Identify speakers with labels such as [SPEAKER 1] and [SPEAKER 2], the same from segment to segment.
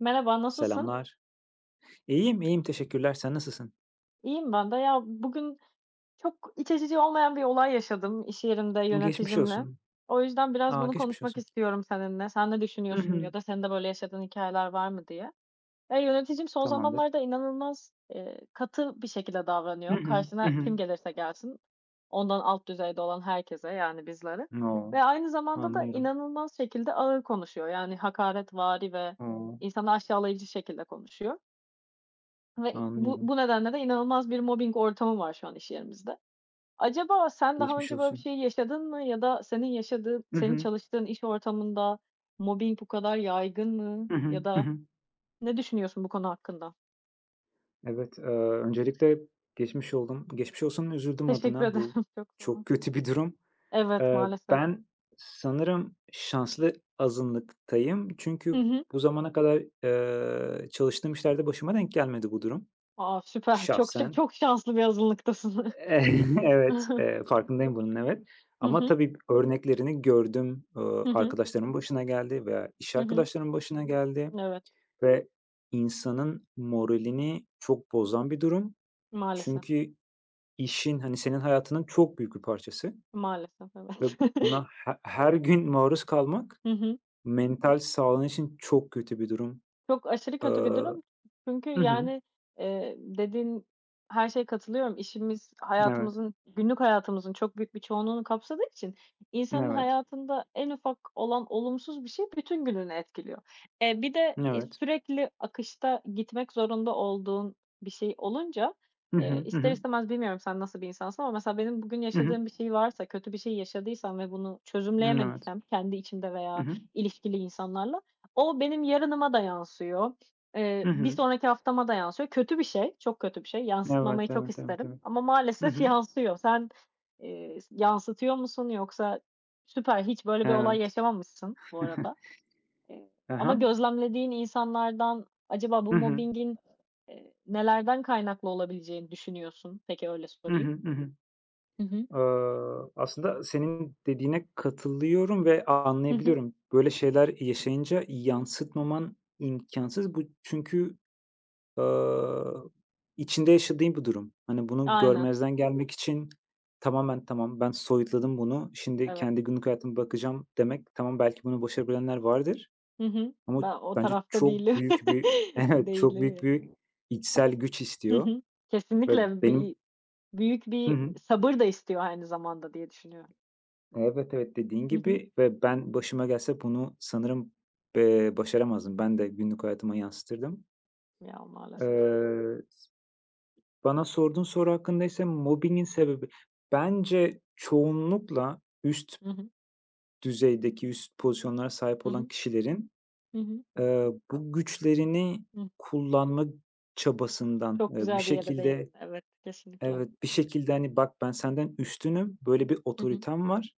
[SPEAKER 1] Merhaba, nasılsın?
[SPEAKER 2] Selamlar. İyiyim, iyiyim. Teşekkürler. Sen nasılsın?
[SPEAKER 1] İyiyim ben de. Ya, bugün çok iç açıcı olmayan bir olay yaşadım iş yerimde
[SPEAKER 2] Geçmiş
[SPEAKER 1] yöneticimle.
[SPEAKER 2] olsun.
[SPEAKER 1] O yüzden biraz
[SPEAKER 2] A,
[SPEAKER 1] bunu
[SPEAKER 2] geçmiş
[SPEAKER 1] konuşmak
[SPEAKER 2] olsun.
[SPEAKER 1] istiyorum seninle. Sen ne
[SPEAKER 2] Hı
[SPEAKER 1] düşünüyorsun
[SPEAKER 2] hı.
[SPEAKER 1] ya da senin de böyle yaşadığın hikayeler var mı diye. Ya, yöneticim son
[SPEAKER 2] Tamamdır.
[SPEAKER 1] zamanlarda inanılmaz, katı bir şekilde
[SPEAKER 2] Hı
[SPEAKER 1] davranıyor.
[SPEAKER 2] hı. Hı
[SPEAKER 1] Karşına
[SPEAKER 2] hı.
[SPEAKER 1] kim gelirse gelsin, ondan alt düzeyde olan herkese, yani bizlere
[SPEAKER 2] O!
[SPEAKER 1] ve aynı zamanda da
[SPEAKER 2] Anlıyorum.
[SPEAKER 1] inanılmaz şekilde ağır konuşuyor. Yani hakaretvari ve
[SPEAKER 2] Oo.
[SPEAKER 1] insanı aşağılayıcı şekilde konuşuyor. Ve bu
[SPEAKER 2] Anlıyorum.
[SPEAKER 1] bu nedenle de inanılmaz bir mobbing ortamı var şu an iş yerimizde. Acaba sen daha
[SPEAKER 2] Geçmiş
[SPEAKER 1] önce böyle bir
[SPEAKER 2] olsun.
[SPEAKER 1] şey yaşadın mı ya da senin yaşadığın,
[SPEAKER 2] Hı
[SPEAKER 1] senin
[SPEAKER 2] hı.
[SPEAKER 1] çalıştığın iş ortamında mobbing bu kadar yaygın mı
[SPEAKER 2] Hı hı.
[SPEAKER 1] ya
[SPEAKER 2] Hı
[SPEAKER 1] da
[SPEAKER 2] hı.
[SPEAKER 1] ne düşünüyorsun bu konu hakkında?
[SPEAKER 2] Evet, öncelikle geçmiş oldum. Geçmiş olsun, üzüldüm
[SPEAKER 1] Teşekkür
[SPEAKER 2] adına.
[SPEAKER 1] ederim.
[SPEAKER 2] Bu
[SPEAKER 1] Çok sağ ol.
[SPEAKER 2] çok kötü bir durum.
[SPEAKER 1] Evet, maalesef.
[SPEAKER 2] Ben sanırım şanslı azınlıktayım.
[SPEAKER 1] Hı
[SPEAKER 2] Çünkü
[SPEAKER 1] hı.
[SPEAKER 2] bu zamana kadar, çalıştığım işlerde başıma denk gelmedi bu durum
[SPEAKER 1] A, süper.
[SPEAKER 2] şahsen.
[SPEAKER 1] Çok şanslı bir azınlıktasın.
[SPEAKER 2] Evet,
[SPEAKER 1] Hı
[SPEAKER 2] farkındayım bunun, evet. Ama
[SPEAKER 1] hı.
[SPEAKER 2] tabii örneklerini gördüm.
[SPEAKER 1] Hı hı.
[SPEAKER 2] Arkadaşlarımın başına geldi veya iş
[SPEAKER 1] Hı hı.
[SPEAKER 2] arkadaşlarımın başına geldi
[SPEAKER 1] Evet.
[SPEAKER 2] ve insanın moralini çok bozan bir durum.
[SPEAKER 1] Maalesef.
[SPEAKER 2] Çünkü işin, hani, senin hayatının çok büyük bir parçası
[SPEAKER 1] Maalesef,
[SPEAKER 2] ve
[SPEAKER 1] evet.
[SPEAKER 2] buna her gün maruz kalmak
[SPEAKER 1] Hı hı.
[SPEAKER 2] mental sağlığın
[SPEAKER 1] Evet.
[SPEAKER 2] için çok kötü bir durum.
[SPEAKER 1] Çok aşırı kötü bir
[SPEAKER 2] Iıı
[SPEAKER 1] durum. Çünkü,
[SPEAKER 2] Hı hı.
[SPEAKER 1] yani, dediğin her şeye katılıyorum. İşimiz
[SPEAKER 2] Evet,
[SPEAKER 1] hayatımızın, günlük hayatımızın çok büyük bir çoğunluğunu kapsadığı için insanın
[SPEAKER 2] evet,
[SPEAKER 1] hayatında en ufak olan olumsuz bir şey bütün gününü etkiliyor. Bir de,
[SPEAKER 2] evet.
[SPEAKER 1] sürekli akışta gitmek zorunda olduğun bir şey olunca,
[SPEAKER 2] Hı hı, hı
[SPEAKER 1] ister
[SPEAKER 2] hı,
[SPEAKER 1] istemez bilmiyorum sen nasıl bir insansın ama mesela benim bugün
[SPEAKER 2] hı hı.
[SPEAKER 1] yaşadığım bir şey varsa, kötü bir şey yaşadıysam ve bunu
[SPEAKER 2] Evet.
[SPEAKER 1] çözümleyemediysem kendi içimde
[SPEAKER 2] Hı
[SPEAKER 1] veya
[SPEAKER 2] hı,
[SPEAKER 1] ilişkili insanlarla o benim yarınıma da yansıyor.
[SPEAKER 2] hı
[SPEAKER 1] Bir
[SPEAKER 2] hı.
[SPEAKER 1] sonraki haftama da yansıyor. Kötü bir şey, çok kötü bir şey. Yansıtmamayı
[SPEAKER 2] Evet,
[SPEAKER 1] çok
[SPEAKER 2] evet, evet,
[SPEAKER 1] isterim
[SPEAKER 2] evet.
[SPEAKER 1] ama
[SPEAKER 2] Hı
[SPEAKER 1] maalesef
[SPEAKER 2] hı.
[SPEAKER 1] yansıyor. Sen, yansıtıyor musun yoksa süper, hiç böyle bir olay
[SPEAKER 2] Evet.
[SPEAKER 1] yaşamamışsın bu arada. Eee,
[SPEAKER 2] Hı
[SPEAKER 1] ama
[SPEAKER 2] hı.
[SPEAKER 1] gözlemlediğin insanlardan acaba
[SPEAKER 2] Hı
[SPEAKER 1] bu
[SPEAKER 2] hı.
[SPEAKER 1] mobbingin, nelerden kaynaklı olabileceğini düşünüyorsun? Peki, öyle
[SPEAKER 2] Hı
[SPEAKER 1] sorayım.
[SPEAKER 2] hı. Hı hı.
[SPEAKER 1] Hı hı.
[SPEAKER 2] Aslında senin dediğine katılıyorum ve
[SPEAKER 1] Hı hı.
[SPEAKER 2] anlayabiliyorum. Böyle şeyler yaşayınca yansıtmaman imkansız. Bu çünkü, aaa, içinde yaşadığın bir durum. Hani, bunu
[SPEAKER 1] Aynen,
[SPEAKER 2] görmezden gelmek için tamamen "Tamam, ben soyutladım bunu. Şimdi
[SPEAKER 1] evet.
[SPEAKER 2] kendi günlük hayatıma bakacağım." demek tamam, belki bunu başarabilenler vardır
[SPEAKER 1] Hı hı.
[SPEAKER 2] ama
[SPEAKER 1] Ben o
[SPEAKER 2] bence
[SPEAKER 1] tarafta
[SPEAKER 2] çok
[SPEAKER 1] değilim.
[SPEAKER 2] büyük bir Evet, çok
[SPEAKER 1] Değilim
[SPEAKER 2] büyük bir
[SPEAKER 1] yani.
[SPEAKER 2] içsel güç
[SPEAKER 1] Hı
[SPEAKER 2] istiyor
[SPEAKER 1] hı.
[SPEAKER 2] ve
[SPEAKER 1] Kesinlikle
[SPEAKER 2] benim
[SPEAKER 1] bir Büyük
[SPEAKER 2] Hı
[SPEAKER 1] bir
[SPEAKER 2] hı.
[SPEAKER 1] sabır da istiyor aynı zamanda diye düşünüyorum.
[SPEAKER 2] Evet, evet, dediğin
[SPEAKER 1] Hı hı.
[SPEAKER 2] gibi ve ben başıma gelse bunu sanırım, başaramazdım. Ben de günlük hayatıma yansıtırdım.
[SPEAKER 1] Ya, maalesef.
[SPEAKER 2] Eee, Bana sorduğun soru hakkında ise mobbingin sebebi bence çoğunlukla üst
[SPEAKER 1] Hı hı.
[SPEAKER 2] düzeydeki, üst pozisyonlara sahip
[SPEAKER 1] Hı hı.
[SPEAKER 2] olan kişilerin,
[SPEAKER 1] Hı hı.
[SPEAKER 2] bu güçlerini
[SPEAKER 1] Hıh.
[SPEAKER 2] kullanma çabasından,
[SPEAKER 1] Çok
[SPEAKER 2] bir
[SPEAKER 1] güzel bir yere
[SPEAKER 2] şekilde.
[SPEAKER 1] değindin. Evet, kesinlikle.
[SPEAKER 2] Evet, bir şekilde, hani, "Bak ben senden üstünüm, böyle bir
[SPEAKER 1] Hı hı.
[SPEAKER 2] otoritem var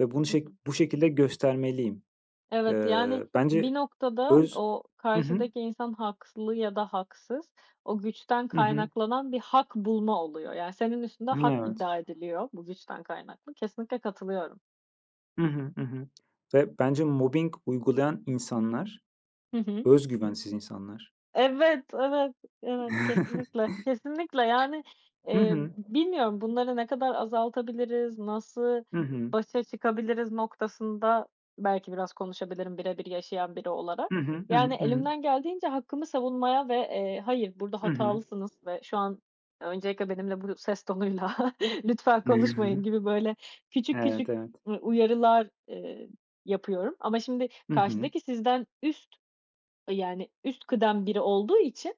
[SPEAKER 2] ve bunu
[SPEAKER 1] Hı hı.
[SPEAKER 2] bu şekilde göstermeliyim."
[SPEAKER 1] Evet, yani
[SPEAKER 2] Bence
[SPEAKER 1] bir noktada
[SPEAKER 2] öz
[SPEAKER 1] o
[SPEAKER 2] Hı hı.
[SPEAKER 1] karşıdaki insan haklı ya da haksız, o güçten
[SPEAKER 2] Hı hı.
[SPEAKER 1] kaynaklanan bir hak bulma oluyor. Yani senin üstünde hak
[SPEAKER 2] Evet.
[SPEAKER 1] iddia ediliyor bu güçten kaynaklı. Kesinlikle katılıyorum.
[SPEAKER 2] Hı hı. Hı hı. Ve bence mobbing uygulayan insanlar
[SPEAKER 1] Hı hı.
[SPEAKER 2] öz güvensiz insanlar.
[SPEAKER 1] Evet, evet, evet, kesinlikle, kesinlikle. Yani,
[SPEAKER 2] Hı hı.
[SPEAKER 1] bilmiyorum bunları ne kadar azaltabiliriz, nasıl
[SPEAKER 2] Hı hı.
[SPEAKER 1] başa çıkabiliriz noktasında belki biraz konuşabilirim bire bir yaşayan biri olarak.
[SPEAKER 2] Hı hı. Hı
[SPEAKER 1] Yani
[SPEAKER 2] hı.
[SPEAKER 1] elimden geldiğince hakkımı savunmaya ve, "Hayır, burada
[SPEAKER 2] Hı hı.
[SPEAKER 1] hatalısınız ve şu an öncelikle benimle bu ses tonuyla lütfen
[SPEAKER 2] Hı
[SPEAKER 1] konuşmayın."
[SPEAKER 2] hı.
[SPEAKER 1] gibi böyle küçük
[SPEAKER 2] Evet,
[SPEAKER 1] küçük
[SPEAKER 2] evet.
[SPEAKER 1] uyarılar, yapıyorum. Ama şimdi
[SPEAKER 2] Hı hı.
[SPEAKER 1] karşıdaki sizden yani, üst kıdem biri olduğu için,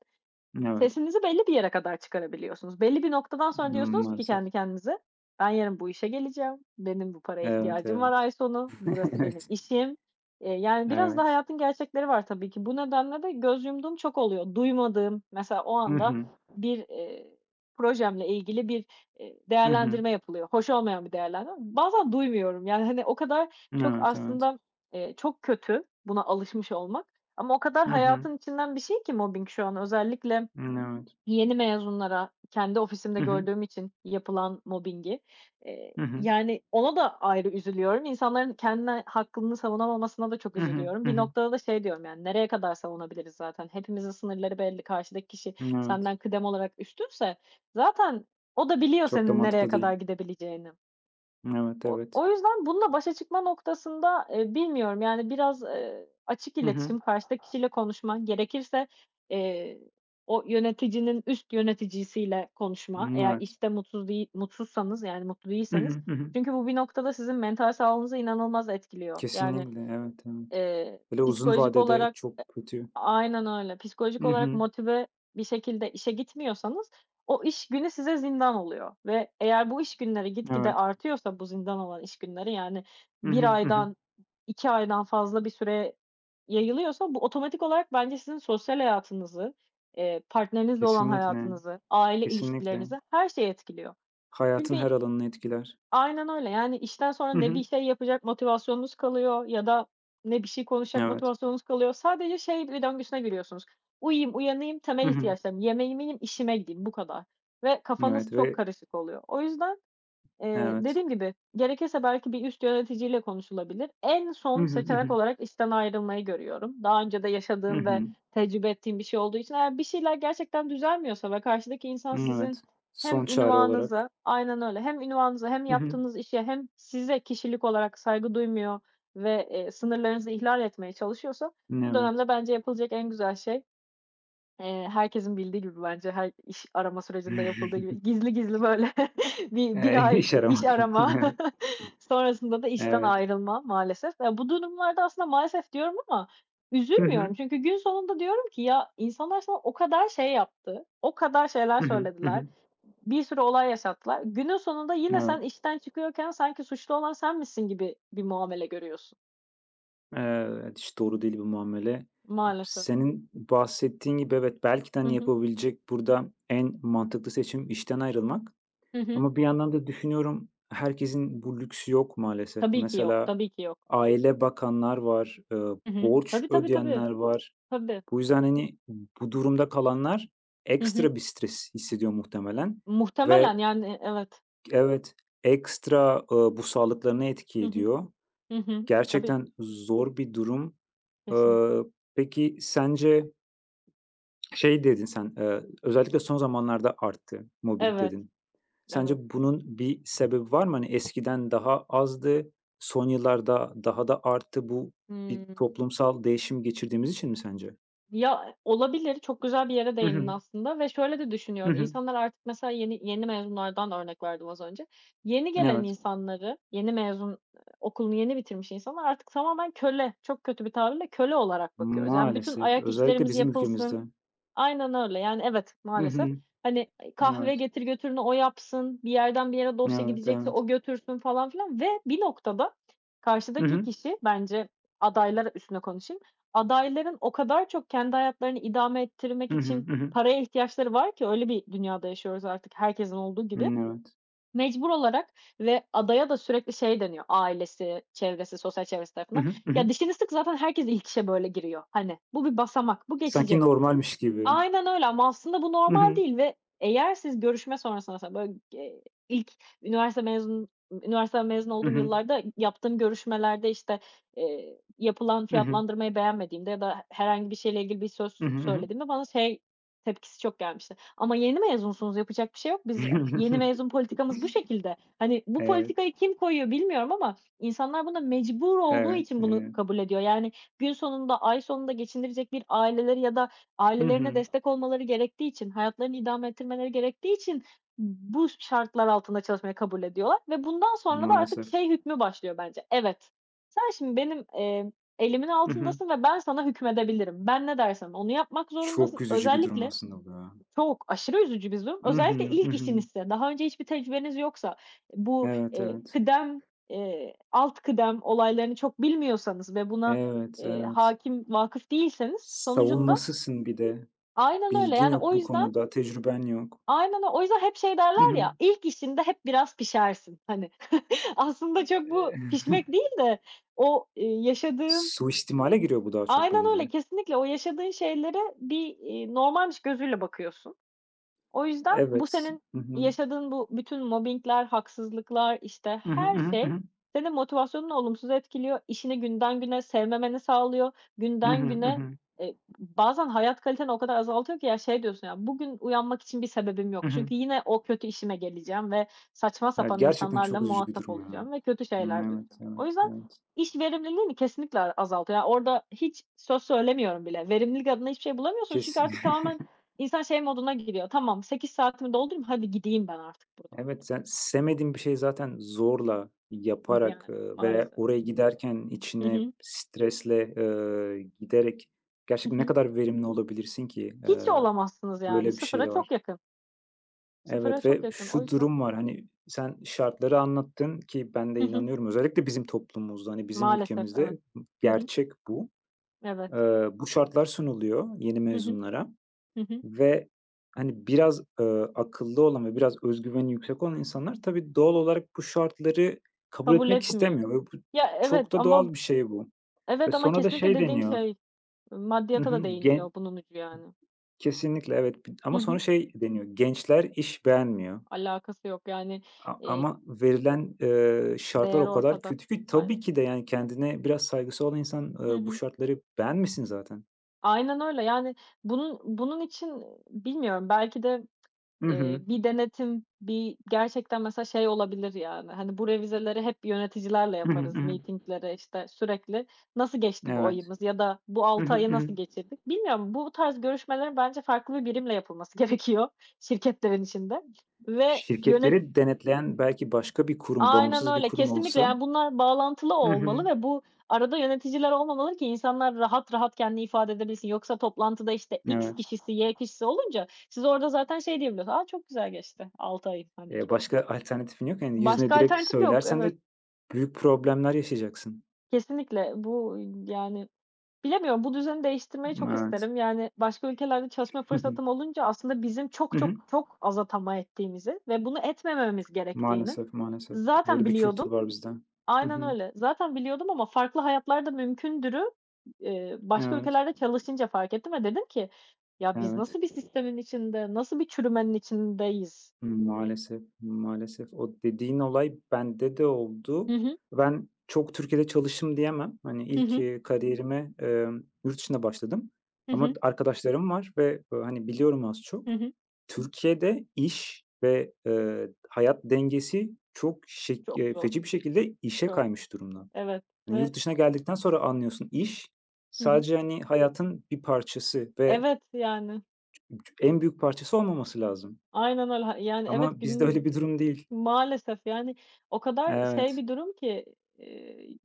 [SPEAKER 2] Evet.
[SPEAKER 1] sesinizi belli bir yere kadar çıkarabiliyorsunuz. Belli bir noktadan sonra diyorsunuz ki
[SPEAKER 2] Maalesef.
[SPEAKER 1] kendi kendinize, "Ben yarın bu işe geleceğim. Benim bu paraya
[SPEAKER 2] Evet,
[SPEAKER 1] ihtiyacım var
[SPEAKER 2] evet.
[SPEAKER 1] ay sonu. Burası benim
[SPEAKER 2] Evet.
[SPEAKER 1] işim." Yani biraz da
[SPEAKER 2] Evet.
[SPEAKER 1] hayatın gerçekleri var tabii ki. Bu nedenle de göz yumduğum çok oluyor. Duymadığım, mesela o
[SPEAKER 2] Hı
[SPEAKER 1] anda
[SPEAKER 2] hı.
[SPEAKER 1] bir, projemle ilgili bir,
[SPEAKER 2] Hı hı.
[SPEAKER 1] değerlendirme yapılıyor. Hoş olmayan bir değerlendirme. Bazen duymuyorum. Yani, hani, o kadar çok
[SPEAKER 2] Evet, evet.
[SPEAKER 1] aslında, çok kötü buna alışmış olmak ama o kadar
[SPEAKER 2] Hı hı.
[SPEAKER 1] hayatın içinden bir şey ki mobbing şu an özellikle
[SPEAKER 2] Evet.
[SPEAKER 1] yeni mezunlara kendi ofisimde
[SPEAKER 2] Hı hı.
[SPEAKER 1] gördüğüm için yapılan mobbingi,
[SPEAKER 2] Hı hı.
[SPEAKER 1] yani, ona da ayrı üzülüyorum. İnsanların kendine hakkını savunamamasına da çok
[SPEAKER 2] Hı hı.
[SPEAKER 1] üzülüyorum.
[SPEAKER 2] Hı
[SPEAKER 1] Bir
[SPEAKER 2] hı.
[SPEAKER 1] noktada da şey diyorum, yani, nereye kadar savunabiliriz zaten? Hepimizin sınırları belli. Karşıdaki kişi
[SPEAKER 2] Evet.
[SPEAKER 1] senden kıdem olarak üstünse zaten o da biliyor
[SPEAKER 2] Çok da
[SPEAKER 1] senin nereye
[SPEAKER 2] mantıklı değil.
[SPEAKER 1] kadar gidebileceğini.
[SPEAKER 2] Evet,
[SPEAKER 1] O
[SPEAKER 2] evet.
[SPEAKER 1] o yüzden bununla başa çıkma noktasında, bilmiyorum, yani, biraz, açık
[SPEAKER 2] Hı hı.
[SPEAKER 1] iletişim, karşıdaki kişiyle konuşman, gerekirse, eee, o yöneticinin üst yöneticisiyle konuşma,
[SPEAKER 2] Hımm,
[SPEAKER 1] eğer
[SPEAKER 2] evet.
[SPEAKER 1] işte mutsuz değil mutsuzsanız, yani, mutlu
[SPEAKER 2] Hı
[SPEAKER 1] değilseniz.
[SPEAKER 2] hı. Hı hı.
[SPEAKER 1] Çünkü bu bir noktada sizin mental sağlığınızı inanılmaz etkiliyor. Yani,
[SPEAKER 2] Kesinlikle, evet, evet. Böyle uzun
[SPEAKER 1] psikolojik
[SPEAKER 2] vadede
[SPEAKER 1] olarak
[SPEAKER 2] çok kötü.
[SPEAKER 1] Aynen öyle. Psikolojik
[SPEAKER 2] Hı
[SPEAKER 1] olarak
[SPEAKER 2] hı.
[SPEAKER 1] motive bir şekilde işe gitmiyorsanız o iş günü size zindan oluyor ve eğer bu iş günleri gitgide
[SPEAKER 2] Evet.
[SPEAKER 1] artıyorsa bu zindan olan iş günleri, yani
[SPEAKER 2] Hı
[SPEAKER 1] bir
[SPEAKER 2] hı. Hı hı.
[SPEAKER 1] aydan 2 aydan fazla bir süre yayılıyorsa bu otomatik olarak bence sizin sosyal hayatınızı, partnerinizle olan
[SPEAKER 2] Kesinlikle,
[SPEAKER 1] hayatınızı, aile
[SPEAKER 2] kesinlikle.
[SPEAKER 1] ilişkilerinizi, her şeyi etkiliyor.
[SPEAKER 2] Hayatın
[SPEAKER 1] Çünkü
[SPEAKER 2] her alanını etkiler.
[SPEAKER 1] Aynen öyle. Yani, işten sonra
[SPEAKER 2] Hı
[SPEAKER 1] ne
[SPEAKER 2] hı.
[SPEAKER 1] bir şey yapacak motivasyonunuz kalıyor ya da ne bir şey konuşacak
[SPEAKER 2] Evet.
[SPEAKER 1] motivasyonunuz kalıyor. Sadece şey bir döngüsüne giriyorsunuz. "Uyuyayım, uyanayım,
[SPEAKER 2] Hı
[SPEAKER 1] temel
[SPEAKER 2] hı.
[SPEAKER 1] ihtiyaçlarım, yemeğimi yiyeyim, işime gideyim." Bu kadar ve kafanız
[SPEAKER 2] Evet
[SPEAKER 1] çok
[SPEAKER 2] ve
[SPEAKER 1] karışık oluyor. O yüzden
[SPEAKER 2] evet.
[SPEAKER 1] dediğim gibi, gerekirse belki bir üst yöneticiyle konuşulabilir. En
[SPEAKER 2] Hı
[SPEAKER 1] son
[SPEAKER 2] hı. Hı
[SPEAKER 1] seçenek
[SPEAKER 2] hı.
[SPEAKER 1] olarak işten ayrılmayı görüyorum. Daha önce de
[SPEAKER 2] Hı
[SPEAKER 1] yaşadığım ve
[SPEAKER 2] hı.
[SPEAKER 1] tecrübe ettiğim bir şey olduğu için eğer bir şeyler gerçekten düzelmiyorsa ve karşıdaki insan sizin
[SPEAKER 2] Evet.
[SPEAKER 1] hem
[SPEAKER 2] Son çare olarak.
[SPEAKER 1] ünvanınıza Aynen öyle. Hem ünvanınıza hem
[SPEAKER 2] Hı hı.
[SPEAKER 1] yaptığınız işe hem size kişilik olarak saygı duymuyor ve, sınırlarınızı ihlal etmeye çalışıyorsa bu
[SPEAKER 2] Evet.
[SPEAKER 1] dönemde bence yapılacak en güzel şey herkesin bildiği gibi bence her iş arama sürecinde yapıldığı gibi gizli gizli böyle bir ay
[SPEAKER 2] İşe
[SPEAKER 1] iş
[SPEAKER 2] yaramak.
[SPEAKER 1] arama,
[SPEAKER 2] Evet.
[SPEAKER 1] sonrasında da işten
[SPEAKER 2] Evet.
[SPEAKER 1] ayrılma maalesef. Ya, bu durumlarda aslında maalesef diyorum ama
[SPEAKER 2] Hı
[SPEAKER 1] üzülmüyorum.
[SPEAKER 2] hı.
[SPEAKER 1] Çünkü gün sonunda diyorum ki ya insanlar sana o kadar şey yaptı, o kadar şeyler
[SPEAKER 2] Hı hı. Hı
[SPEAKER 1] söylediler,
[SPEAKER 2] hı.
[SPEAKER 1] bir sürü olay yaşattılar. Günün sonunda yine sen
[SPEAKER 2] Evet.
[SPEAKER 1] işten çıkıyorken sanki suçlu olan sen misin gibi bir muamele görüyorsun
[SPEAKER 2] Evet, hiç doğru değil bu muamele.
[SPEAKER 1] maalesef.
[SPEAKER 2] Senin bahsettiğin gibi evet, belki de,
[SPEAKER 1] Hı
[SPEAKER 2] hani,
[SPEAKER 1] hı.
[SPEAKER 2] yapabilecek burada en mantıklı seçim işten ayrılmak
[SPEAKER 1] Hı hı.
[SPEAKER 2] ama bir yandan da düşünüyorum, herkesin bu lüksü yok maalesef.
[SPEAKER 1] Tabii ki yok,
[SPEAKER 2] Mesela
[SPEAKER 1] tabii ki yok.
[SPEAKER 2] aile bakanlar var,
[SPEAKER 1] Hı hı.
[SPEAKER 2] borç
[SPEAKER 1] Tabii, tabii, tabii.
[SPEAKER 2] ödeyenler var.
[SPEAKER 1] Tabii.
[SPEAKER 2] Bu yüzden, hani, bu durumda kalanlar
[SPEAKER 1] Hı hı.
[SPEAKER 2] ekstra bir stres hissediyor muhtemelen ve
[SPEAKER 1] Muhtemelen, yani, evet.
[SPEAKER 2] evet, ekstra, bu sağlıklarına etki
[SPEAKER 1] Hı hı.
[SPEAKER 2] ediyor.
[SPEAKER 1] Hı hı. Tabii,
[SPEAKER 2] Gerçekten zor bir durum.
[SPEAKER 1] kesinlikle.
[SPEAKER 2] Eee, peki sence özellikle son zamanlarda arttı mobbing
[SPEAKER 1] Evet,
[SPEAKER 2] dedin. Sence
[SPEAKER 1] evet.
[SPEAKER 2] bunun bir sebebi var mı? Hani eskiden daha azdı, son yıllarda daha da arttı. Bu bir
[SPEAKER 1] Hımm.
[SPEAKER 2] toplumsal değişim geçirdiğimiz için mi sence?
[SPEAKER 1] Ya, olabilir, çok güzel bir yere
[SPEAKER 2] Hı
[SPEAKER 1] değindin
[SPEAKER 2] hı.
[SPEAKER 1] aslında ve şöyle de
[SPEAKER 2] Hı
[SPEAKER 1] düşünüyorum,
[SPEAKER 2] hı.
[SPEAKER 1] insanlar artık mesela yeni yeni mezunlardan örnek verdim az önce. Yeni gelen
[SPEAKER 2] Evet.
[SPEAKER 1] insanları, yeni mezun, okulunu yeni bitirmiş insanlar artık tamamen köle, çok kötü bir tabirle köle olarak bakıyoruz. Yani, bütün
[SPEAKER 2] Maalesef.
[SPEAKER 1] ayak
[SPEAKER 2] Özellikle
[SPEAKER 1] işlerimiz
[SPEAKER 2] bizim
[SPEAKER 1] yapılsın
[SPEAKER 2] ülkemizde.
[SPEAKER 1] Aynen öyle. Yani, evet,
[SPEAKER 2] Hı
[SPEAKER 1] maalesef.
[SPEAKER 2] hı.
[SPEAKER 1] Hani,
[SPEAKER 2] Evet.
[SPEAKER 1] kahve getir götürünü o yapsın, bir yerden bir yere dosya
[SPEAKER 2] Evet,
[SPEAKER 1] gidecekse
[SPEAKER 2] evet.
[SPEAKER 1] o götürsün falan filan ve bir noktada
[SPEAKER 2] Hı
[SPEAKER 1] karşıdaki
[SPEAKER 2] hı.
[SPEAKER 1] kişi bence adaylar üstüne konuşayım. Adayların o kadar çok kendi hayatlarını idame
[SPEAKER 2] Hı
[SPEAKER 1] ettirmek
[SPEAKER 2] hı.
[SPEAKER 1] için
[SPEAKER 2] Hı hı.
[SPEAKER 1] paraya ihtiyaçları var ki öyle bir dünyada yaşıyoruz artık herkesin olduğu gibi.
[SPEAKER 2] Evet.
[SPEAKER 1] Mecbur olarak ve adaya da sürekli şey deniyor ailesi, çevresi, sosyal çevresi
[SPEAKER 2] Hı
[SPEAKER 1] tarafından.
[SPEAKER 2] hı. Hı hı.
[SPEAKER 1] "Ya, dişini sık zaten herkes ilk işe böyle giriyor." Hani, "Bu bir basamak, bu
[SPEAKER 2] Sanki
[SPEAKER 1] geçecek."
[SPEAKER 2] normalmiş gibi.
[SPEAKER 1] Aynen öyle ama aslında bu
[SPEAKER 2] Hı
[SPEAKER 1] normal
[SPEAKER 2] hı.
[SPEAKER 1] değil ve eğer siz görüşme sonrasında, mesela, böyle, ilk üniversite mezun
[SPEAKER 2] Hı
[SPEAKER 1] olduğum
[SPEAKER 2] hı.
[SPEAKER 1] yıllarda yaptığım görüşmelerde, işte, yapılan
[SPEAKER 2] Hı hı.
[SPEAKER 1] fiyatlandırmayı beğenmediğimde ya da herhangi bir şeyle ilgili bir
[SPEAKER 2] Hı
[SPEAKER 1] söz
[SPEAKER 2] hı, hı
[SPEAKER 1] söylediğimde bana şey tepkisi çok gelmişti. "Ama yeni mezunsunuz, yapacak bir şey yok. Biz yeni
[SPEAKER 2] hı.
[SPEAKER 1] mezun politikamız bu şekilde." Hani, bu
[SPEAKER 2] Evet,
[SPEAKER 1] politikayı kim koyuyor bilmiyorum ama insanlar buna mecbur olduğu
[SPEAKER 2] evet,
[SPEAKER 1] için bunu
[SPEAKER 2] evet.
[SPEAKER 1] kabul ediyor. Yani, gün sonunda, ay sonunda geçindirecek bir aileleri ya da
[SPEAKER 2] Hı
[SPEAKER 1] ailelerine
[SPEAKER 2] hı.
[SPEAKER 1] destek olmaları gerektiği için, hayatlarını idame ettirmeleri gerektiği için bu şartlar altında çalışmayı kabul ediyorlar ve bundan sonra da artık
[SPEAKER 2] Maalesef.
[SPEAKER 1] şey hükmü başlıyor bence. Evet, sen şimdi benim, elimin
[SPEAKER 2] Hı hı.
[SPEAKER 1] altındasın ve ben sana hükmedebilirim. Ben ne dersem onu yapmak
[SPEAKER 2] Çok
[SPEAKER 1] zorundasın.
[SPEAKER 2] üzücü bir durum
[SPEAKER 1] Özellikle
[SPEAKER 2] aslında bu ya.
[SPEAKER 1] çok aşırı üzücü bir durum.
[SPEAKER 2] Hı
[SPEAKER 1] Özellikle
[SPEAKER 2] hı. Hı
[SPEAKER 1] ilk
[SPEAKER 2] hı.
[SPEAKER 1] işinizse, daha önce hiçbir tecrübeniz yoksa, bu,
[SPEAKER 2] Evet, evet.
[SPEAKER 1] kıdem, alt kıdem olaylarını çok bilmiyorsanız ve buna,
[SPEAKER 2] Evet, evet.
[SPEAKER 1] hâkim, vakıf değilseniz sonucunda
[SPEAKER 2] Savunmasızsın bir de.
[SPEAKER 1] Aynen öyle.
[SPEAKER 2] Bilgin
[SPEAKER 1] Yani,
[SPEAKER 2] yok
[SPEAKER 1] o
[SPEAKER 2] bu
[SPEAKER 1] yüzden
[SPEAKER 2] konuda, tecrüben yok.
[SPEAKER 1] Aynen o yüzden hep şey
[SPEAKER 2] Hı
[SPEAKER 1] derler
[SPEAKER 2] hı.
[SPEAKER 1] ya, ilk işinde hep biraz pişersin." Hani, aslında çok bu
[SPEAKER 2] Eee,
[SPEAKER 1] pişmek değil de o, yaşadığın
[SPEAKER 2] Suistimale giriyor bu daha çok
[SPEAKER 1] Aynen
[SPEAKER 2] bence.
[SPEAKER 1] öyle, kesinlikle o yaşadığın şeylere bir, normalmiş gözüyle bakıyorsun. O yüzden bu
[SPEAKER 2] Evet.
[SPEAKER 1] senin
[SPEAKER 2] Hı hı.
[SPEAKER 1] yaşadığın bu bütün mobbingler, haksızlıklar, işte,
[SPEAKER 2] Hı hı,
[SPEAKER 1] her
[SPEAKER 2] hı hı, hı
[SPEAKER 1] şey
[SPEAKER 2] hı.
[SPEAKER 1] senin motivasyonunu olumsuz etkiliyor. İşini günden güne sevmemeni sağlıyor.
[SPEAKER 2] Hı hı,
[SPEAKER 1] Günden
[SPEAKER 2] hı
[SPEAKER 1] güne,
[SPEAKER 2] hı.
[SPEAKER 1] bazen hayat kaliteni o kadar azaltıyor ki ya şey diyorsun ya, "Bugün uyanmak için bir sebebim yok. Çünkü yine o kötü işime geleceğim ve saçma
[SPEAKER 2] Evet,
[SPEAKER 1] sapan
[SPEAKER 2] gerçekten
[SPEAKER 1] insanlarla
[SPEAKER 2] çok üzücü bir
[SPEAKER 1] muhatap
[SPEAKER 2] durum ya.
[SPEAKER 1] olacağım ve kötü
[SPEAKER 2] Hımm,
[SPEAKER 1] şeyler
[SPEAKER 2] evet,
[SPEAKER 1] duyacağım." O
[SPEAKER 2] evet,
[SPEAKER 1] yüzden
[SPEAKER 2] evet.
[SPEAKER 1] iş verimliliğini kesinlikle azaltıyor. Yani orada hiç söz söylemiyorum bile. Verimlilik adına hiçbir şey bulamıyorsun
[SPEAKER 2] Kes
[SPEAKER 1] çünkü artık tamamen İnsan şey moduna giriyor, "Tamam, 8 saatimi doldurayım, hadi gideyim ben artık buradan."
[SPEAKER 2] Evet, sen sevmediğin bir şeyi zaten zorla, yaparak,
[SPEAKER 1] Yani
[SPEAKER 2] ve
[SPEAKER 1] maalesef.
[SPEAKER 2] oraya giderken
[SPEAKER 1] Hı
[SPEAKER 2] içine
[SPEAKER 1] hı.
[SPEAKER 2] stresle, giderek
[SPEAKER 1] Hı
[SPEAKER 2] gerçekten ne
[SPEAKER 1] hı.
[SPEAKER 2] kadar verimli olabilirsin ki?
[SPEAKER 1] Hiç olamazsınız yani.
[SPEAKER 2] Böyle bir şey
[SPEAKER 1] Sıfıra
[SPEAKER 2] de
[SPEAKER 1] çok
[SPEAKER 2] var.
[SPEAKER 1] yakın. Sıfıra
[SPEAKER 2] Evet ve
[SPEAKER 1] çok yakın. O
[SPEAKER 2] şu
[SPEAKER 1] yüzden
[SPEAKER 2] durum var, hani, sen şartları anlattın ki ben de
[SPEAKER 1] Hı hı.
[SPEAKER 2] inanıyorum. Özellikle bizim toplumumuzda, hani, bizim
[SPEAKER 1] Maalesef, evet.
[SPEAKER 2] ülkemizde
[SPEAKER 1] Hı hı.
[SPEAKER 2] gerçek bu.
[SPEAKER 1] Evet.
[SPEAKER 2] Bu şartlar sunuluyor yeni
[SPEAKER 1] Hı hı.
[SPEAKER 2] mezunlara.
[SPEAKER 1] Hı hı.
[SPEAKER 2] Ve, hani, biraz, akıllı olan ve biraz özgüveni yüksek olan insanlar tabii doğal olarak bu şartları kabul
[SPEAKER 1] Kabul
[SPEAKER 2] etmek
[SPEAKER 1] etmiyor.
[SPEAKER 2] istemiyor ve bu
[SPEAKER 1] Ya,
[SPEAKER 2] çok
[SPEAKER 1] evet
[SPEAKER 2] da
[SPEAKER 1] ama
[SPEAKER 2] doğal bir şey bu. Ve
[SPEAKER 1] evet ama
[SPEAKER 2] sonra da
[SPEAKER 1] kesinlikle
[SPEAKER 2] şey
[SPEAKER 1] dediğim
[SPEAKER 2] deniyor.
[SPEAKER 1] şey,
[SPEAKER 2] Hı
[SPEAKER 1] maddiyata da
[SPEAKER 2] hı. Gen
[SPEAKER 1] değiniyor bunun ucu yani.
[SPEAKER 2] Kesinlikle, evet.
[SPEAKER 1] Hı
[SPEAKER 2] Ama sonra
[SPEAKER 1] hı.
[SPEAKER 2] şey deniyor, gençler iş beğenmiyor
[SPEAKER 1] Alakası yok yani,
[SPEAKER 2] a
[SPEAKER 1] eee,
[SPEAKER 2] ama verilen, şartlar
[SPEAKER 1] değer
[SPEAKER 2] o kadar
[SPEAKER 1] ortada.
[SPEAKER 2] kötü ki tabii
[SPEAKER 1] Aynen.
[SPEAKER 2] ki de, yani, kendine biraz saygısı olan insan,
[SPEAKER 1] Hı
[SPEAKER 2] bu
[SPEAKER 1] hı.
[SPEAKER 2] şartları beğenmesin zaten.
[SPEAKER 1] Aynen öyle. Yani bunun için bilmiyorum belki de
[SPEAKER 2] Hı hı.
[SPEAKER 1] Bir denetim, bir gerçekten mesela şey olabilir yani, hani, bu revizeleri hep yöneticilerle
[SPEAKER 2] Hı hı, hı
[SPEAKER 1] yaparız,
[SPEAKER 2] hı.
[SPEAKER 1] mitinglere, işte, sürekli nasıl geçti bu
[SPEAKER 2] Evet.
[SPEAKER 1] ayımız ya da bu
[SPEAKER 2] Hı
[SPEAKER 1] 6
[SPEAKER 2] hı,
[SPEAKER 1] ayı
[SPEAKER 2] hı hı.
[SPEAKER 1] nasıl geçirdik? Bilmiyorum, bu tarz görüşmelerin bence farklı bir birimle yapılması gerekiyor şirketlerin içinde ve yönet
[SPEAKER 2] Şirketleri denetleyen belki başka bir kurum,
[SPEAKER 1] Aynen
[SPEAKER 2] bağımsız bir
[SPEAKER 1] öyle,
[SPEAKER 2] kurum
[SPEAKER 1] kesinlikle.
[SPEAKER 2] olsa.
[SPEAKER 1] Yani, bunlar bağlantılı
[SPEAKER 2] Hı
[SPEAKER 1] olmalı
[SPEAKER 2] hı.
[SPEAKER 1] ve bu arada yöneticiler olmamalı ki insanlar rahat rahat kendini ifade edebilsin. Yoksa toplantıda, işte, X
[SPEAKER 2] Evet.
[SPEAKER 1] kişisi, Y kişisi olunca siz orada zaten şey diyebiliyorsunuz, "A, çok güzel geçti 6 ay." hani, gibi.
[SPEAKER 2] Başka alternatifin yok. Yani yüzüne
[SPEAKER 1] Başka
[SPEAKER 2] direkt
[SPEAKER 1] alternatif yok.
[SPEAKER 2] söylersen
[SPEAKER 1] Evet,
[SPEAKER 2] de büyük problemler yaşayacaksın.
[SPEAKER 1] kesinlikle. Bu, yani, bilemiyorum, bu düzeni değiştirmeyi çok
[SPEAKER 2] Evet.
[SPEAKER 1] isterim. Yani, başka ülkelerde çalışma
[SPEAKER 2] Hı hı.
[SPEAKER 1] fırsatım olunca aslında bizim
[SPEAKER 2] Hı
[SPEAKER 1] çok
[SPEAKER 2] hı.
[SPEAKER 1] çok çok az atama ettiğimizi ve bunu etmememiz gerektiğini
[SPEAKER 2] Maalesef, maalesef.
[SPEAKER 1] zaten
[SPEAKER 2] Böyle bir kültür
[SPEAKER 1] biliyordum
[SPEAKER 2] var bizde. Hı
[SPEAKER 1] Aynen
[SPEAKER 2] hı.
[SPEAKER 1] öyle. Zaten biliyordum ama farklı hayatlar da mümkündürü, başka
[SPEAKER 2] Evet,
[SPEAKER 1] ülkelerde çalışınca fark ettim ve dedim ki, "Ya, biz
[SPEAKER 2] evet.
[SPEAKER 1] nasıl bir sistemin içinde, nasıl bir çürümenin içindeyiz?"
[SPEAKER 2] Maalesef, maalesef. O dediğin olay bende de
[SPEAKER 1] Hı
[SPEAKER 2] oldu.
[SPEAKER 1] hı.
[SPEAKER 2] Ben çok Türkiye'de çalıştım diyemem. Hani
[SPEAKER 1] Hı
[SPEAKER 2] ilk,
[SPEAKER 1] hı.
[SPEAKER 2] kariyerime, yurt dışında başladım
[SPEAKER 1] Hı
[SPEAKER 2] ama
[SPEAKER 1] hı.
[SPEAKER 2] arkadaşlarım var ve, hani, biliyorum az
[SPEAKER 1] Hı
[SPEAKER 2] çok.
[SPEAKER 1] hı.
[SPEAKER 2] Türkiye'de iş ve, hayat dengesi çok şek
[SPEAKER 1] Çok zor,
[SPEAKER 2] feci bir şekilde işe
[SPEAKER 1] çok zor.
[SPEAKER 2] kaymış durumda.
[SPEAKER 1] Evet
[SPEAKER 2] Hani,
[SPEAKER 1] ve
[SPEAKER 2] yurt dışına geldikten sonra anlıyorsun, iş
[SPEAKER 1] Hı hı.
[SPEAKER 2] sadece, hani, hayatın bir parçası ve
[SPEAKER 1] Evet, yani.
[SPEAKER 2] en büyük parçası olmaması lazım
[SPEAKER 1] Aynen öyle. Ha yani, evet,
[SPEAKER 2] ama bizde öyle
[SPEAKER 1] gün
[SPEAKER 2] bir durum değil.
[SPEAKER 1] maalesef, yani, o kadar şey
[SPEAKER 2] Evet.
[SPEAKER 1] bir durum ki,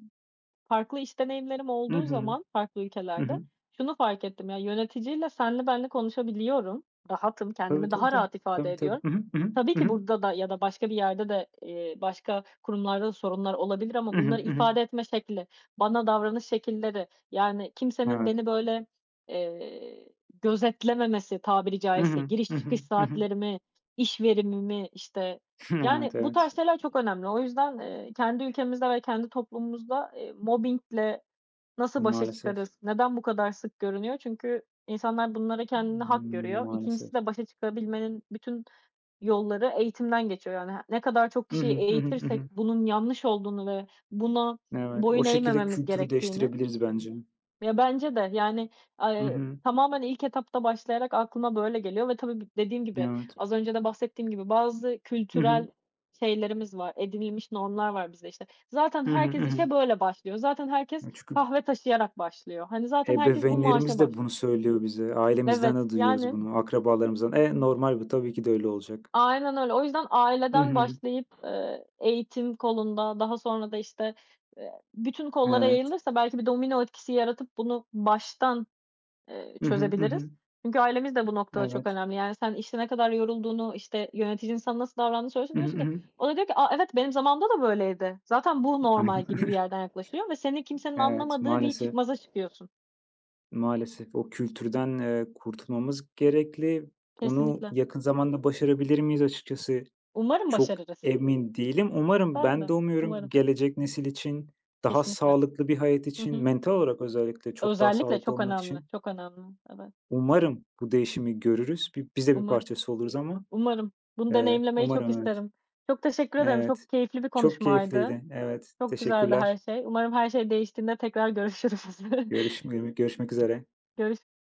[SPEAKER 1] Farklı iş deneyimlerim
[SPEAKER 2] Hı
[SPEAKER 1] olduğu
[SPEAKER 2] hı.
[SPEAKER 1] zaman farklı
[SPEAKER 2] Hı
[SPEAKER 1] ülkelerde
[SPEAKER 2] hı.
[SPEAKER 1] şunu fark ettim: Ya, yöneticiyle senli benli konuşabiliyorum, rahatım,
[SPEAKER 2] Tabii,
[SPEAKER 1] kendimi
[SPEAKER 2] tabii,
[SPEAKER 1] daha
[SPEAKER 2] tabii.
[SPEAKER 1] rahat ifade
[SPEAKER 2] Tabii, tabii.
[SPEAKER 1] ediyorum.
[SPEAKER 2] Hı hı.
[SPEAKER 1] Tabii
[SPEAKER 2] Hı
[SPEAKER 1] ki
[SPEAKER 2] hı.
[SPEAKER 1] burada da ya da başka bir yerde de, başka kurumlarda da sorunlar olabilir
[SPEAKER 2] Hı
[SPEAKER 1] ama
[SPEAKER 2] hı.
[SPEAKER 1] bunları
[SPEAKER 2] Hı hı. Hı hı.
[SPEAKER 1] ifade etme şekli, bana davranış şekilleri, yani, kimsenin
[SPEAKER 2] Evet.
[SPEAKER 1] beni, böyle, eee, gözetlememesi tabiri
[SPEAKER 2] Hı
[SPEAKER 1] caizse,
[SPEAKER 2] hı. Hı
[SPEAKER 1] giriş
[SPEAKER 2] hı.
[SPEAKER 1] çıkış
[SPEAKER 2] Hı hı.
[SPEAKER 1] saatlerimi, iş verimimi, işte, yani,
[SPEAKER 2] Evet,
[SPEAKER 1] bu
[SPEAKER 2] evet.
[SPEAKER 1] tarz şeyler çok önemli. O yüzden, kendi ülkemizde ve kendi toplumumuzda, mobbingle nasıl başa
[SPEAKER 2] Maalesef.
[SPEAKER 1] çıkarız? Neden bu kadar sık görünüyor? Çünkü insanlar bunlara kendini hak
[SPEAKER 2] Imm,
[SPEAKER 1] görüyor.
[SPEAKER 2] maalesef.
[SPEAKER 1] İkincisi de başa çıkabilmenin bütün yolları eğitimden geçiyor. Yani, ne kadar çok
[SPEAKER 2] Hı
[SPEAKER 1] kişiyi
[SPEAKER 2] hı. Hı hı. Hı
[SPEAKER 1] eğitirsek
[SPEAKER 2] hı.
[SPEAKER 1] bunun yanlış olduğunu ve buna
[SPEAKER 2] Evet. O
[SPEAKER 1] boyun
[SPEAKER 2] şekilde
[SPEAKER 1] eğmememiz
[SPEAKER 2] kültürü
[SPEAKER 1] gerektiğini
[SPEAKER 2] değiştirebiliriz bence.
[SPEAKER 1] ya, bence de. Yani,
[SPEAKER 2] Hı
[SPEAKER 1] ay,
[SPEAKER 2] hı.
[SPEAKER 1] tamamen ilk etapta başlayarak aklıma böyle geliyor ve tabii dediğim gibi,
[SPEAKER 2] Evet.
[SPEAKER 1] az önce de bahsettiğim gibi bazı
[SPEAKER 2] Hı hı.
[SPEAKER 1] kültürel şeylerimiz var, edinilmiş normlar var bizde. İşte zaten
[SPEAKER 2] Hı hı. Hı
[SPEAKER 1] herkes
[SPEAKER 2] hı.
[SPEAKER 1] işe böyle başlıyor. Zaten herkes
[SPEAKER 2] Ya, çünkü
[SPEAKER 1] kahve taşıyarak başlıyor. Hani, zaten herkes bu maaşa
[SPEAKER 2] ebeveynlerimiz de bunu
[SPEAKER 1] başlıyor.
[SPEAKER 2] söylüyor bize. Ailemizden
[SPEAKER 1] Evet,
[SPEAKER 2] de duyuyoruz
[SPEAKER 1] yani,
[SPEAKER 2] bunu, akrabalarımızdan. E, normal bu. Tabii ki de öyle olacak.
[SPEAKER 1] aynen öyle. O yüzden
[SPEAKER 2] Hı
[SPEAKER 1] aileden
[SPEAKER 2] hı.
[SPEAKER 1] başlayıp, eğitim kolunda, daha sonra da, işte, bütün kollara
[SPEAKER 2] Evet.
[SPEAKER 1] yayılırsa belki bir domino etkisi yaratıp bunu baştan
[SPEAKER 2] Hı hı. Hı hı.
[SPEAKER 1] çözebiliriz. Çünkü ailemiz de bu noktada çok
[SPEAKER 2] Evet.
[SPEAKER 1] önemli. Yani sen işte ne kadar yorulduğunu, işte yöneticinin sana nasıl davrandığını söylüyorsun,
[SPEAKER 2] Hı hı.
[SPEAKER 1] diyorsun
[SPEAKER 2] Hı
[SPEAKER 1] ki
[SPEAKER 2] hı.
[SPEAKER 1] o da diyor ki, "A, evet benim zamanımda da böyleydi. Zaten bu normal." gibi bir yerden yaklaşıyor ve seni kimsenin
[SPEAKER 2] Evet,
[SPEAKER 1] anlamadığı bir
[SPEAKER 2] maalesef,
[SPEAKER 1] çıkmaza çıkıyorsun.
[SPEAKER 2] maalesef o kültürden, kurtulmamız gerekli. Bunu
[SPEAKER 1] Kesinlikle.
[SPEAKER 2] yakın zamanda başarabilir miyiz açıkçası
[SPEAKER 1] Umarım
[SPEAKER 2] çok
[SPEAKER 1] başarırız.
[SPEAKER 2] emin değilim. Umarım
[SPEAKER 1] Ben
[SPEAKER 2] ben de
[SPEAKER 1] de.
[SPEAKER 2] umuyorum
[SPEAKER 1] Umarım.
[SPEAKER 2] gelecek nesil için, daha
[SPEAKER 1] Kesinlikle.
[SPEAKER 2] sağlıklı bir hayat
[SPEAKER 1] Hı
[SPEAKER 2] için,
[SPEAKER 1] hı.
[SPEAKER 2] mental olarak özellikle çok daha
[SPEAKER 1] Özellikle
[SPEAKER 2] sağlıklı
[SPEAKER 1] çok
[SPEAKER 2] olmak
[SPEAKER 1] önemli,
[SPEAKER 2] için
[SPEAKER 1] çok önemli. Evet.
[SPEAKER 2] umarım bu değişimi görürüz. Biz de bir
[SPEAKER 1] Umarım.
[SPEAKER 2] parçası oluruz ama,
[SPEAKER 1] Umarım. Bunu deneyimlemeyi çok
[SPEAKER 2] umarım evet.
[SPEAKER 1] isterim. Çok teşekkür ederim.
[SPEAKER 2] Evet,
[SPEAKER 1] Çok keyifli bir
[SPEAKER 2] çok
[SPEAKER 1] konuşmaydı.
[SPEAKER 2] keyifliydi. Evet,
[SPEAKER 1] Çok güzeldi her
[SPEAKER 2] teşekkürler.
[SPEAKER 1] şey. Umarım her şey değiştiğinde tekrar görüşürüz.
[SPEAKER 2] Görüşmek üzere.
[SPEAKER 1] Görüş